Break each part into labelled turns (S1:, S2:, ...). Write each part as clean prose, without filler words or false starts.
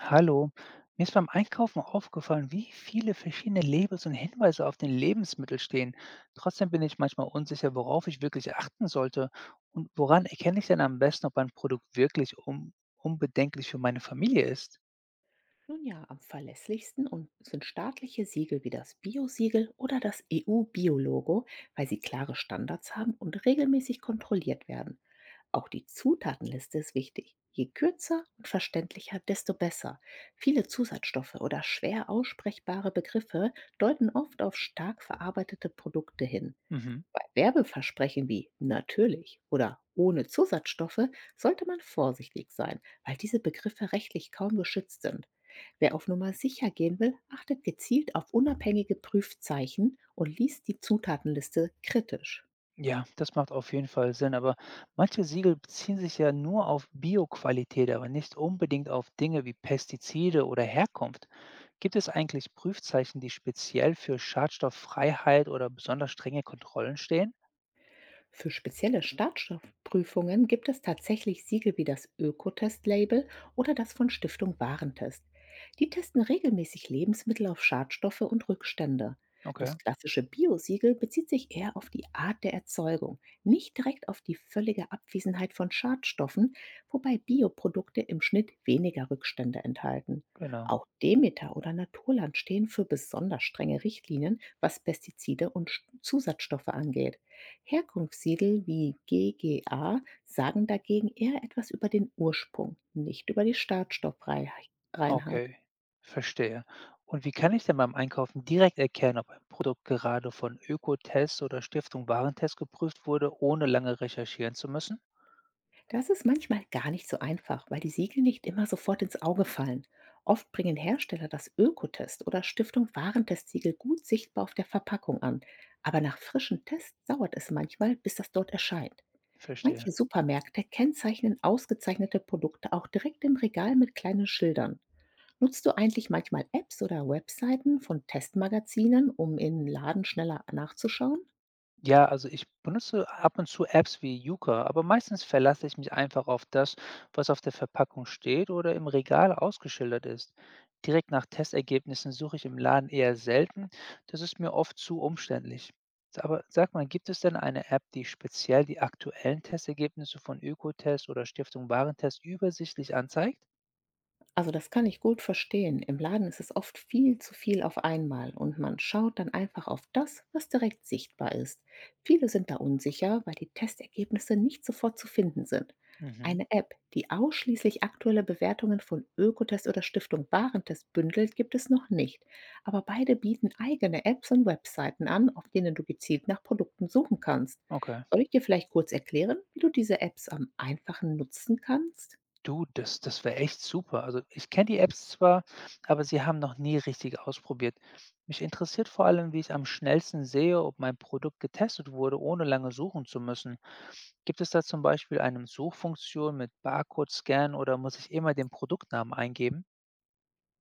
S1: Hallo, mir ist beim Einkaufen aufgefallen, wie viele verschiedene Labels und Hinweise auf den Lebensmittel stehen. Trotzdem bin ich manchmal unsicher, worauf ich wirklich achten sollte und woran erkenne ich denn am besten, ob ein Produkt wirklich un unbedenklich für meine Familie ist.
S2: Nun ja, am verlässlichsten und sind staatliche Siegel wie das Bio-Siegel oder das EU-Bio-Logo, weil sie klare Standards haben und regelmäßig kontrolliert werden. Auch die Zutatenliste ist wichtig. Je kürzer und verständlicher, desto besser. Viele Zusatzstoffe oder schwer aussprechbare Begriffe deuten oft auf stark verarbeitete Produkte hin.
S1: Mhm.
S2: Bei Werbeversprechen wie „natürlich“ oder „ohne Zusatzstoffe“ sollte man vorsichtig sein, weil diese Begriffe rechtlich kaum geschützt sind. Wer auf Nummer sicher gehen will, achtet gezielt auf unabhängige Prüfzeichen und liest die Zutatenliste kritisch.
S1: Ja, das macht auf jeden Fall Sinn, aber manche Siegel beziehen sich ja nur auf Bioqualität, aber nicht unbedingt auf Dinge wie Pestizide oder Herkunft. Gibt es eigentlich Prüfzeichen, die speziell für Schadstofffreiheit oder besonders strenge Kontrollen stehen?
S2: Für spezielle Startstoffprüfungen gibt es tatsächlich Siegel wie das Ökotest-Label oder das von Stiftung Warentest. Die testen regelmäßig Lebensmittel auf Schadstoffe und Rückstände.
S1: Okay,
S2: Das klassische Bio-Siegel bezieht sich eher auf die Art der Erzeugung, nicht direkt auf die völlige Abwesenheit von Schadstoffen, wobei Bioprodukte im Schnitt weniger Rückstände enthalten.
S1: genau.
S2: Auch Demeter oder Naturland stehen für besonders strenge Richtlinien, was Pestizide und Zusatzstoffe angeht. Herkunftssiegel wie GGA sagen dagegen eher etwas über den Ursprung, nicht über die Startstoffreinheit.
S1: Okay, verstehe. Und wie kann ich denn beim Einkaufen direkt erkennen, ob ein Produkt gerade von Ökotest oder Stiftung Warentest geprüft wurde, ohne lange recherchieren zu müssen?
S2: Das ist manchmal gar nicht so einfach, weil die Siegel nicht immer sofort ins Auge fallen. Oft bringen Hersteller das Ökotest oder Stiftung Warentestsiegel gut sichtbar auf der Verpackung an, aber nach frischen Tests dauert es manchmal, bis das dort erscheint.
S1: Verstehe.
S2: Manche Supermärkte kennzeichnen ausgezeichnete Produkte auch direkt im Regal mit kleinen Schildern. Nutzt du eigentlich manchmal Apps oder Webseiten von Testmagazinen, um in Laden schneller nachzuschauen?
S1: Ja, also ich benutze ab und zu Apps wie Yuka, aber meistens verlasse ich mich einfach auf das, was auf der Verpackung steht oder im Regal ausgeschildert ist. Direkt nach Testergebnissen suche ich im Laden eher selten, das ist mir oft zu umständlich. Aber sag mal, gibt es denn eine App, die speziell die aktuellen Testergebnisse von Ökotest oder Stiftung Warentest übersichtlich anzeigt?
S2: Also das kann ich gut verstehen. Im Laden ist es oft viel zu viel auf einmal und man schaut dann einfach auf das, was direkt sichtbar ist. Viele sind da unsicher, weil die Testergebnisse nicht sofort zu finden sind.
S1: Mhm,
S2: Eine App, die ausschließlich aktuelle Bewertungen von Ökotest oder Stiftung Warentest bündelt, gibt es noch nicht. Aber beide bieten eigene Apps und Webseiten an, auf denen du gezielt nach Produkten suchen kannst.
S1: okay.
S2: Soll ich dir vielleicht kurz erklären, wie du diese Apps am einfachen nutzen kannst?
S1: Du, das wäre echt super. Also, ich kenne die Apps zwar, aber sie haben noch nie richtig ausprobiert. Mich interessiert vor allem, wie ich am schnellsten sehe, ob mein Produkt getestet wurde, ohne lange suchen zu müssen. Gibt es da zum Beispiel eine Suchfunktion mit Barcode-Scan oder muss ich immer den Produktnamen eingeben?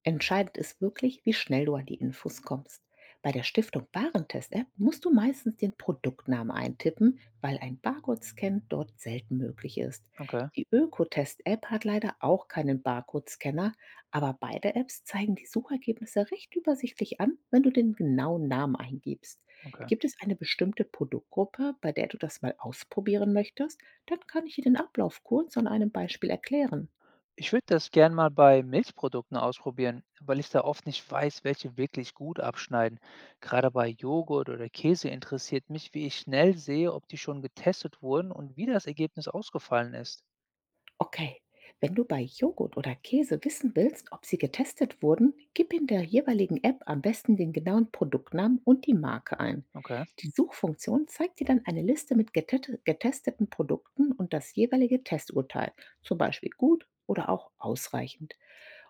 S2: Entscheidend ist wirklich, wie schnell du an die Infos kommst. Bei der Stiftung Warentest-App musst du meistens den Produktnamen eintippen, weil ein Barcode-Scan dort selten möglich ist.
S1: Okay,
S2: Die Ökotest-App hat leider auch keinen Barcode-Scanner, aber beide Apps zeigen die Suchergebnisse recht übersichtlich an, wenn du den genauen Namen eingibst.
S1: okay.
S2: Gibt es eine bestimmte Produktgruppe, bei der du das mal ausprobieren möchtest? Dann kann ich dir den Ablauf kurz an einem Beispiel erklären.
S1: Ich würde das gern mal bei Milchprodukten ausprobieren, weil ich da oft nicht weiß, welche wirklich gut abschneiden. Gerade bei Joghurt oder Käse interessiert mich, wie ich schnell sehe, ob die schon getestet wurden und wie das Ergebnis ausgefallen ist.
S2: Okay. Wenn du bei Joghurt oder Käse wissen willst, ob sie getestet wurden, gib in der jeweiligen App am besten den genauen Produktnamen und die Marke ein.
S1: Okay,
S2: Die Suchfunktion zeigt dir dann eine Liste mit getesteten Produkten und das jeweilige Testurteil, zum Beispiel gut oder auch ausreichend.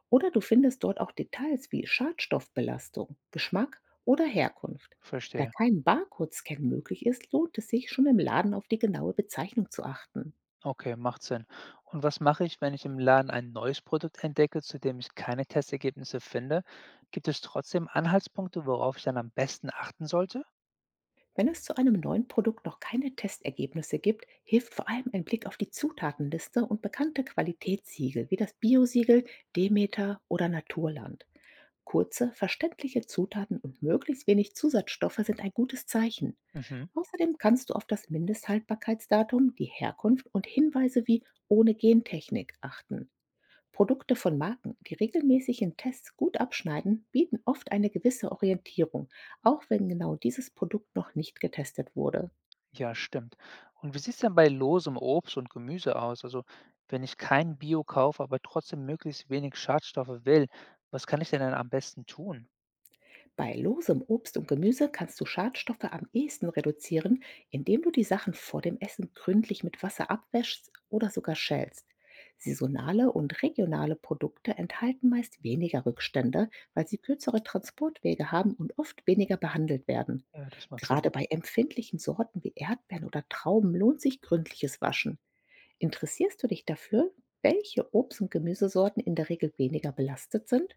S2: Oder du findest dort auch Details wie Schadstoffbelastung, Geschmack oder Herkunft. Da
S1: verstehe.
S2: kein Barcode-Scan möglich ist, lohnt es sich schon im Laden auf die genaue Bezeichnung zu achten.
S1: Okay, macht Sinn. Und was mache ich, wenn ich im Laden ein neues Produkt entdecke, zu dem ich keine Testergebnisse finde? Gibt es trotzdem Anhaltspunkte, worauf ich dann am besten achten sollte?
S2: Wenn es zu einem neuen Produkt noch keine Testergebnisse gibt, hilft vor allem ein Blick auf die Zutatenliste und bekannte Qualitätssiegel wie das Biosiegel, Demeter oder Naturland. Kurze, verständliche Zutaten und möglichst wenig Zusatzstoffe sind ein gutes Zeichen.
S1: Mhm.
S2: Außerdem kannst du auf das Mindesthaltbarkeitsdatum, die Herkunft und Hinweise wie ohne Gentechnik achten. Produkte von Marken, die regelmäßig in Tests gut abschneiden, bieten oft eine gewisse Orientierung, auch wenn genau dieses Produkt noch nicht getestet wurde.
S1: Ja, stimmt. Und wie sieht's denn bei losem Obst und Gemüse aus? Also, wenn ich kein Bio kaufe, aber trotzdem möglichst wenig Schadstoffe will, was kann ich denn dann am besten tun?
S2: Bei losem Obst und Gemüse kannst du Schadstoffe am ehesten reduzieren, indem du die Sachen vor dem Essen gründlich mit Wasser abwäschst oder sogar schälst. Saisonale und regionale Produkte enthalten meist weniger Rückstände, weil sie kürzere Transportwege haben und oft weniger behandelt werden.
S1: Ja, das macht Sinn.
S2: Gerade bei empfindlichen Sorten wie Erdbeeren oder Trauben lohnt sich gründliches Waschen. Interessierst du dich dafür, welche Obst- und Gemüsesorten in der Regel weniger belastet sind?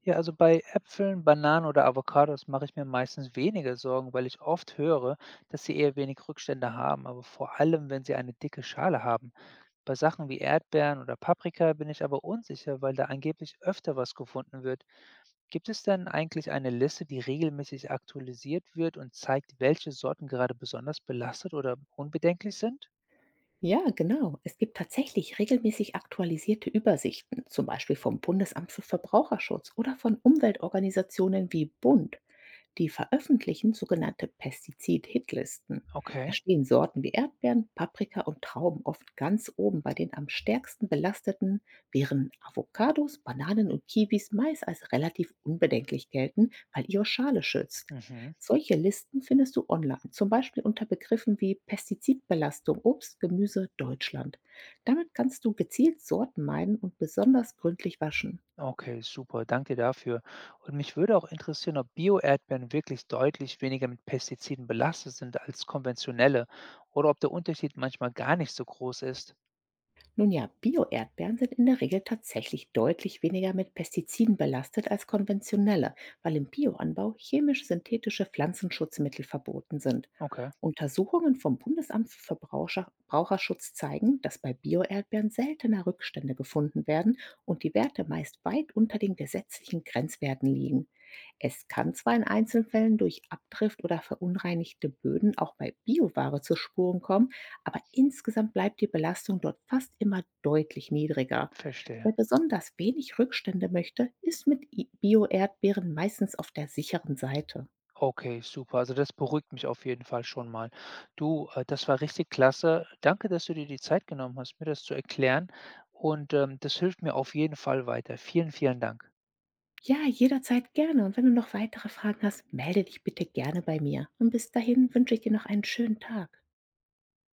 S1: Ja, also bei Äpfeln, Bananen oder Avocados mache ich mir meistens weniger Sorgen, weil ich oft höre, dass sie eher wenig Rückstände haben, aber vor allem, wenn sie eine dicke Schale haben. Bei Sachen wie Erdbeeren oder Paprika bin ich aber unsicher, weil da angeblich öfter was gefunden wird. Gibt es denn eigentlich eine Liste, die regelmäßig aktualisiert wird und zeigt, welche Sorten gerade besonders belastet oder unbedenklich sind?
S2: Ja, genau. Es gibt tatsächlich regelmäßig aktualisierte Übersichten, zum Beispiel vom Bundesamt für Verbraucherschutz oder von Umweltorganisationen wie Bund. Die veröffentlichen sogenannte Pestizid-Hitlisten. Da
S1: Okay.
S2: stehen Sorten wie Erdbeeren, Paprika und Trauben oft ganz oben bei den am stärksten belasteten, während Avocados, Bananen und Kiwis meist als relativ unbedenklich gelten, weil ihre Schale schützt.
S1: Mhm.
S2: Solche Listen findest du online, zum Beispiel unter Begriffen wie Pestizidbelastung Obst, Gemüse, Deutschland. Damit kannst du gezielt Sorten meiden und besonders gründlich waschen.
S1: Okay, super, danke dafür. Und mich würde auch interessieren, ob Bio-Erdbeeren wirklich deutlich weniger mit Pestiziden belastet sind als konventionelle oder ob der Unterschied manchmal gar nicht so groß ist.
S2: Nun ja, Bio-Erdbeeren sind in der Regel tatsächlich deutlich weniger mit Pestiziden belastet als konventionelle, weil im Bioanbau chemisch-synthetische Pflanzenschutzmittel verboten sind.
S1: Okay,
S2: Untersuchungen vom Bundesamt für Verbraucherschutz zeigen, dass bei Bio-Erdbeeren seltener Rückstände gefunden werden und die Werte meist weit unter den gesetzlichen Grenzwerten liegen. Es kann zwar in Einzelfällen durch Abdrift oder verunreinigte Böden auch bei Bioware zu Spuren kommen, aber insgesamt bleibt die Belastung dort fast immer deutlich niedriger.
S1: verstehe.
S2: Wer besonders wenig Rückstände möchte, ist mit Bio-Erdbeeren meistens auf der sicheren Seite.
S1: Okay, super. Also, das beruhigt mich auf jeden Fall schon mal. Du, das war richtig klasse. Danke, dass du dir die Zeit genommen hast, mir das zu erklären und, das hilft mir auf jeden Fall weiter. Vielen, vielen Dank.
S2: Ja, jederzeit gerne. Und wenn du noch weitere Fragen hast, melde dich bitte gerne bei mir. Und bis dahin wünsche ich dir noch einen schönen Tag.